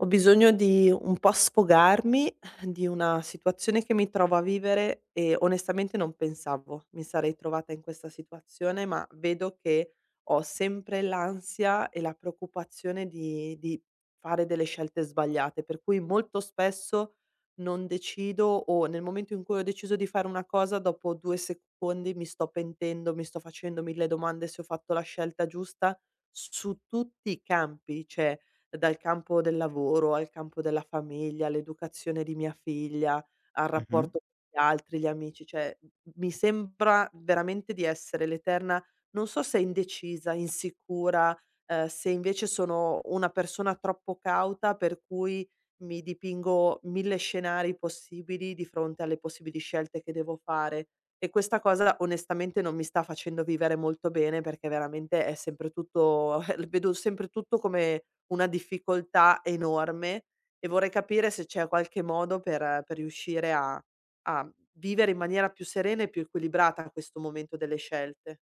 Ho bisogno di un po' sfogarmi di una situazione che mi trovo a vivere e onestamente non pensavo mi sarei trovata in questa situazione, ma vedo che ho sempre l'ansia e la preoccupazione di fare delle scelte sbagliate, per cui molto spesso non decido o nel momento in cui ho deciso di fare una cosa, dopo 2 secondi mi sto pentendo, mi sto facendo 1000 domande se ho fatto la scelta giusta su tutti i campi, cioè dal campo del lavoro al campo della famiglia, all'educazione di mia figlia, al Mh-mh. rapporto con gli altri, gli amici, cioè m mi sembra veramente di essere l'eterna, non so se indecisa, insicura, se invece sono una persona troppo cauta per cui mi dipingo 1000 scenari possibili di fronte alle possibili scelte che devo fare. E questa cosa onestamente non mi sta facendo vivere molto bene, perché veramente è sempre tutto vedo sempre tutto come una difficoltà enorme e vorrei capire se c'è qualche modo per riuscire a vivere in maniera più serena e più equilibrata questo momento delle scelte.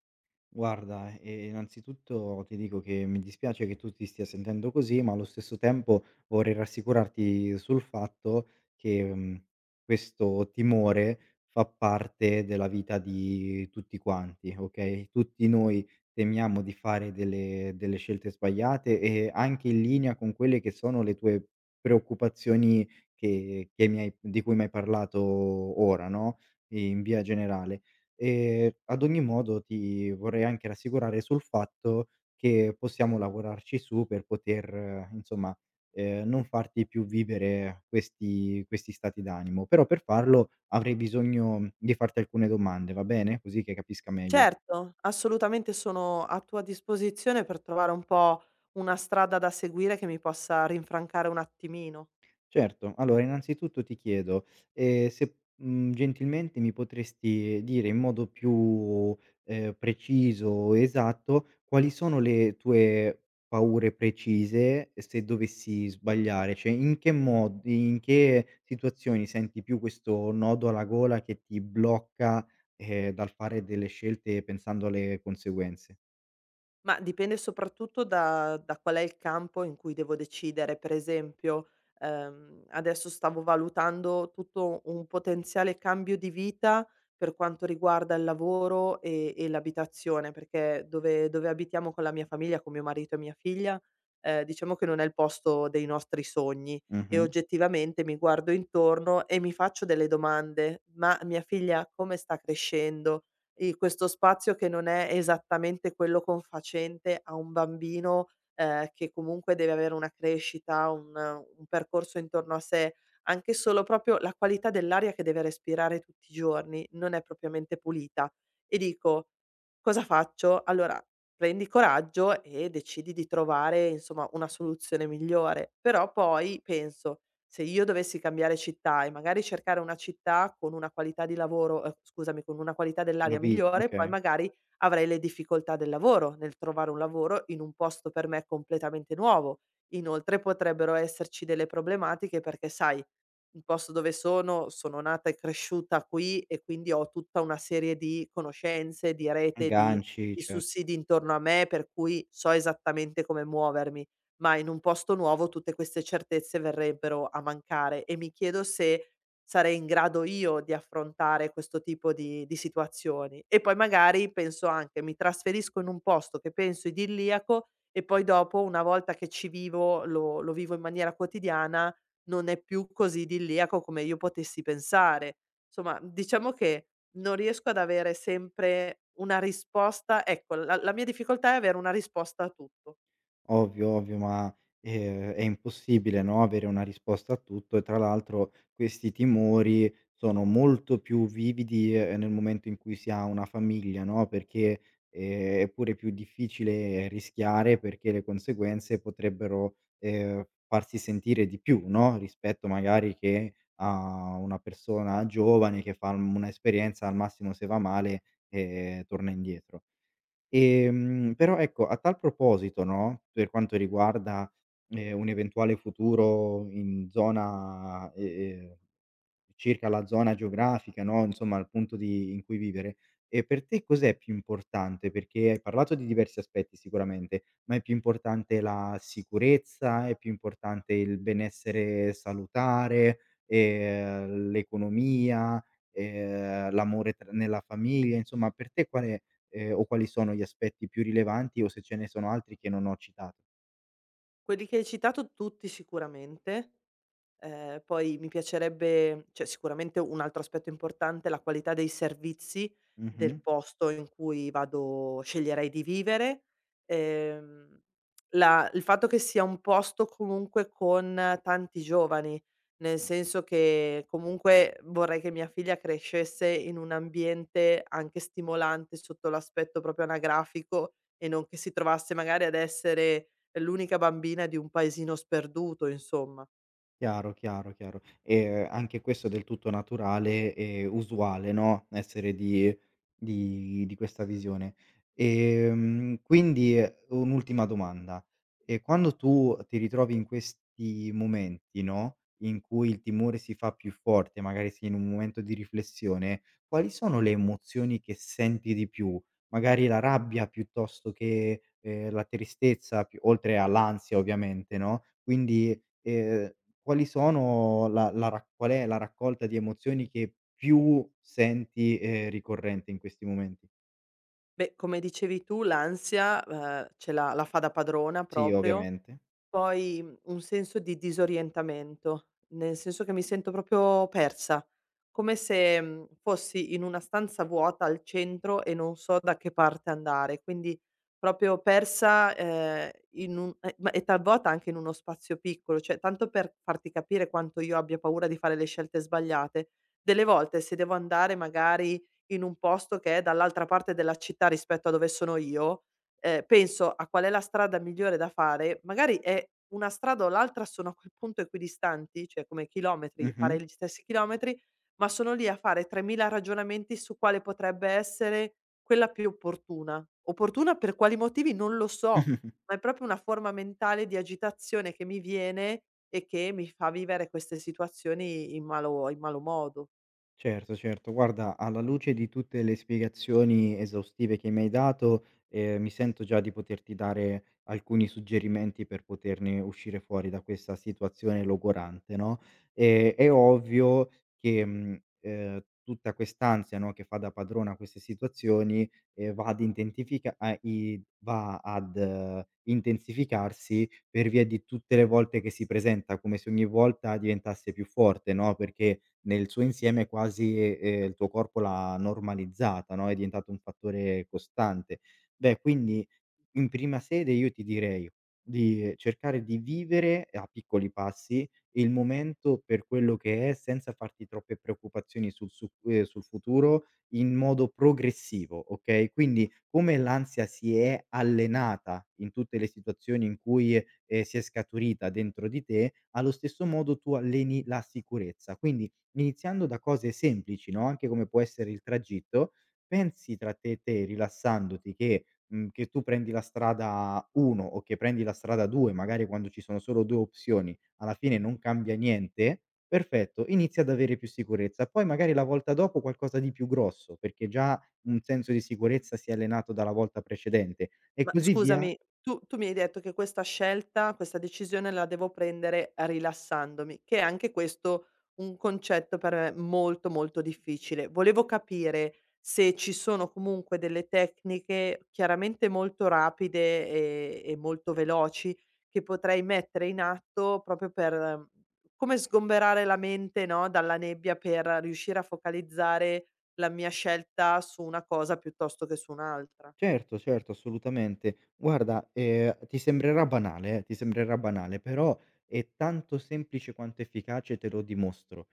Guarda, innanzitutto ti dico che mi dispiace che tu ti stia sentendo così, ma allo stesso tempo vorrei rassicurarti sul fatto che, questo timore fa parte della vita di tutti quanti, okay, tutti noi temiamo di fare delle scelte sbagliate e anche in linea con quelle che sono le tue preoccupazioni che mi hai di cui mi hai parlato ora, no, in via generale. Ad ogni modo ti vorrei anche rassicurare sul fatto che possiamo lavorarci su per poter insomma, non farti più vivere questi stati d'animo, però per farlo avrei bisogno di farti alcune domande, va bene? Così che capisca meglio. Certo, assolutamente sono a tua disposizione per trovare un po' una strada da seguire che mi possa rinfrancare un attimino. Certo, allora innanzitutto ti chiedo, se, gentilmente mi potresti dire in modo più, preciso, esatto, quali sono le tue paure precise se dovessi sbagliare, cioè in che modi in che situazioni senti più questo nodo alla gola che ti blocca, dal fare delle scelte pensando alle conseguenze? Ma dipende soprattutto da qual è il campo in cui devo decidere. Per esempio, adesso stavo valutando tutto un potenziale cambio di vita per quanto riguarda il lavoro e l'abitazione, perché dove abitiamo con la mia famiglia, con mio marito e mia figlia, diciamo che non è il posto dei nostri sogni e Mh-mh. oggettivamente mi guardo intorno e mi faccio delle domande: "Ma mia figlia come sta crescendo? I questo spazio che non è esattamente quello confacente a un bambino, che comunque deve avere una crescita, un percorso intorno a sé, anche solo proprio la qualità dell'aria che deve respirare tutti i giorni non è propriamente pulita. E dico: "Cosa faccio?" Allora, prendi coraggio e decidi di trovare, insomma, una soluzione migliore. Però poi penso: se io dovessi cambiare città e magari cercare una città con una qualità di lavoro scusami, con una qualità Una dell'aria vi migliore, poi Okay. magari avrei le difficoltà del lavoro, nel trovare un lavoro in un posto per me completamente nuovo. Inoltre potrebbero esserci delle problematiche perché sai, il posto dove sono, sono nata e cresciuta qui e quindi ho tutta una serie di conoscenze, di rete, di Agganci. di Cer sussidi intorno a me, per cui so esattamente come muovermi, ma in un posto nuovo tutte queste certezze verrebbero a mancare e mi chiedo se sarei in grado io di affrontare questo tipo di situazioni. E poi magari penso anche: mi trasferisco in un posto che penso idilliaco e poi dopo, una volta che ci vivo, lo vivo in maniera quotidiana, non è più così idilliaco come io potessi pensare. Insomma, diciamo che non riesco ad avere sempre una risposta, ecco, la mia difficoltà è avere una risposta a tutto. Ovvio, ovvio, ma, è impossibile, no, avere una risposta a tutto e tra l'altro questi timori sono molto più vividi, nel momento in cui si ha una famiglia, no, perché, è pure più difficile rischiare perché le conseguenze potrebbero, farsi sentire di più, no, rispetto magari che a una persona giovane che fa un'esperienza, al massimo se va male, torna indietro. Però ecco, a tal proposito, no, per quanto riguarda, un eventuale futuro in zona, ehm circa la zona geografica, no, insomma il punto di in cui vivere. E per te cos'è più importante? Perché hai parlato di diversi aspetti sicuramente, ma è più importante la sicurezza, è più importante il benessere salutare, l'economia, l'amore tr nella famiglia, insomma per te qual è, o quali sono gli aspetti più rilevanti o se ce ne sono altri che non ho citato? Quelli che hai citato tutti sicuramente. Poi mi piacerebbe, cioè sicuramente un altro aspetto importante è la qualità dei servizi del Mh-mh. posto in cui vado sceglierei di vivere. Ehm, la il fatto che sia un posto comunque con tanti giovani, nel senso che comunque vorrei che mia figlia crescesse in un ambiente anche stimolante sotto l'aspetto proprio anagrafico e non che si trovasse magari ad essere l'unica bambina di un paesino sperduto, insomma. Chiaro, chiaro, chiaro. E anche questo è del tutto naturale e usuale, no, essere di questa visione. Quindi un'ultima domanda: quando tu ti ritrovi in questi momenti, no, in cui il timore si fa più forte, magari sei in un momento di riflessione, quali sono le emozioni che senti di più? Magari la rabbia piuttosto che, la tristezza, più oltre all'ansia ovviamente, no, quindi ehm, quali sono la la ra qual è la raccolta di emozioni che più senti, ricorrente in questi momenti? Beh, come dicevi tu l'ansia, ce l'ha la fa da padrona Sì, proprio, ovviamente. poi, un senso di disorientamento, nel senso che mi sento proprio persa, come se, fossi in una stanza vuota al centro e non so da che parte andare, quindi proprio persa, in un e ma e talvolta anche in uno spazio piccolo. Cioè, tanto per farti capire quanto io abbia paura di fare le scelte sbagliate, delle volte se devo andare magari in un posto che è dall'altra parte della città rispetto a dove sono io, penso a qual è la strada migliore da fare, magari è una strada o l'altra sono a quel punto equidistanti, cioè come chilometri, Mh-mh. fare gli stessi chilometri, ma sono lì a fare 3000 ragionamenti su quale potrebbe essere quella più opportuna. Opportuna per quali motivi non lo so, ma è proprio una forma mentale di agitazione che mi viene e che mi fa vivere queste situazioni in malo modo. Certo, certo. Guarda, alla luce di tutte le spiegazioni esaustive che mi hai dato, mi sento già di poterti dare alcuni suggerimenti per poterne uscire fuori da questa situazione logorante, no, è ovvio che, tutta quest'ansia, no, che fa da padrona a queste situazioni, va ad intensifica a i va ad intensificarsi per via di tutte le volte che si presenta, come se ogni volta diventasse più forte, no, perché nel suo insieme quasi, il tuo corpo l'ha normalizzata, no, è diventato un fattore costante. Beh, quindi in prima sede io ti direi di cercare di vivere a piccoli passi il momento per quello che è, senza farti troppe preoccupazioni sul futuro, in modo progressivo, okay, quindi come l'ansia si è allenata in tutte le situazioni in cui, si è scaturita dentro di te, allo stesso modo tu alleni la sicurezza. Quindi iniziando da cose semplici, no, anche come può essere il tragitto, pensi tra te e te rilassandoti che tu prendi la strada 1 o che prendi la strada 2, magari quando ci sono solo 2 opzioni, alla fine non cambia niente, perfetto, inizi ad avere più sicurezza. Poi magari la volta dopo qualcosa di più grosso, perché già un senso di sicurezza si è allenato dalla volta precedente e Ma così via. scusami, tu mi hai detto che questa scelta, questa decisione la devo prendere rilassandomi, che è anche questo un concetto per me molto, molto difficile. Volevo capire se ci sono comunque delle tecniche chiaramente molto rapide e molto veloci che potrei mettere in atto proprio per come sgomberare la mente, no, dalla nebbia per riuscire a focalizzare la mia scelta su una cosa piuttosto che su un'altra. Certo, certo, assolutamente. Guarda, ti sembrerà banale, però è tanto semplice quanto efficace, te lo dimostro.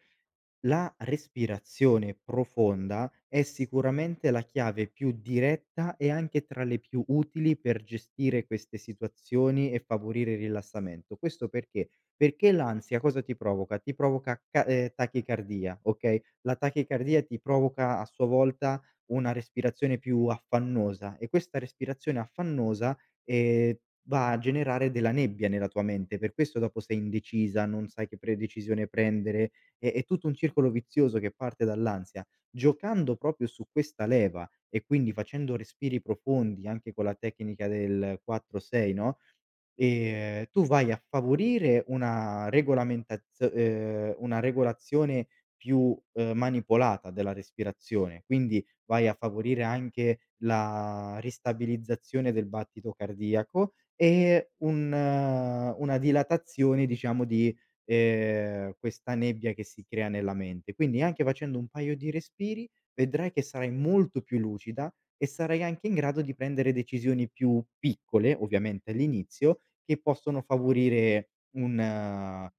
La respirazione profonda è sicuramente la chiave più diretta e anche tra le più utili per gestire queste situazioni e favorire il rilassamento. Questo perché? Perché l'ansia cosa ti provoca? Ti provoca ca tachicardia, okay, la tachicardia ti provoca a sua volta una respirazione più affannosa e questa respirazione affannosa, ehm, va a generare della nebbia nella tua mente, per questo dopo sei indecisa, non sai che pre decisione prendere, è tutto un circolo vizioso che parte dall'ansia. Giocando proprio su questa leva e quindi facendo respiri profondi anche con la tecnica del 4-6, no, tu vai a favorire una regolazione più, manipolata della respirazione, quindi vai a favorire anche la ristabilizzazione del battito cardiaco e un una dilatazione diciamo di, questa nebbia che si crea nella mente. Quindi anche facendo un paio di respiri vedrai che sarai molto più lucida e sarai anche in grado di prendere decisioni più piccole, ovviamente all'inizio, che possono favorire un eh,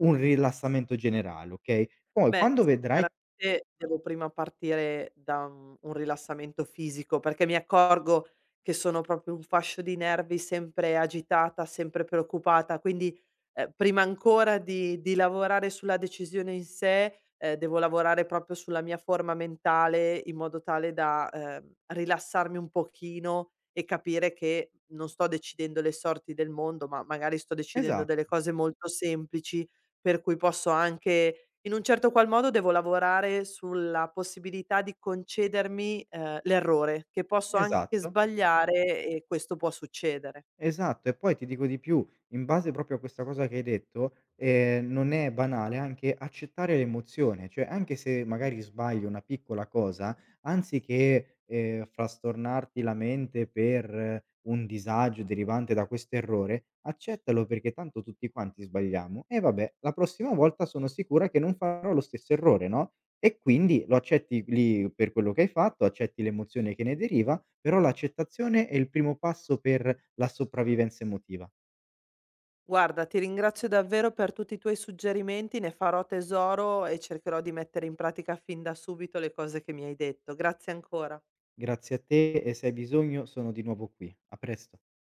un rilassamento generale, okay, poi Beh, quando sì, vedrai. chiaramente devo prima partire da un rilassamento fisico, perché mi accorgo che sono proprio un fascio di nervi, sempre agitata, sempre preoccupata, quindi, prima ancora di lavorare sulla decisione in sé, devo lavorare proprio sulla mia forma mentale, in modo tale da, rilassarmi un pochino e capire che non sto decidendo le sorti del mondo, ma magari sto decidendo Esatto, delle cose molto semplici, per cui posso anche, in un certo qual modo devo lavorare sulla possibilità di concedermi, l'errore, che posso anche esatto. sbagliare e questo può succedere. Esatto, e poi ti dico di più, in base proprio a questa cosa che hai detto, non è banale anche accettare l'emozione, cioè anche se magari sbagli una piccola cosa, anziché, frastornarti la mente per un disagio derivante da questo errore, accettalo perché tanto tutti quanti sbagliamo e vabbè, la prossima volta sono sicura che non farò lo stesso errore, no, e quindi lo accetti lì per quello che hai fatto, accetti l'emozione che ne deriva, però l'accettazione è il primo passo per la sopravvivenza emotiva. Guarda, ti ringrazio davvero per tutti i tuoi suggerimenti, ne farò tesoro e cercherò di mettere in pratica fin da subito le cose che mi hai detto. Grazie ancora. Grazie a te e se hai bisogno sono di nuovo qui. A presto.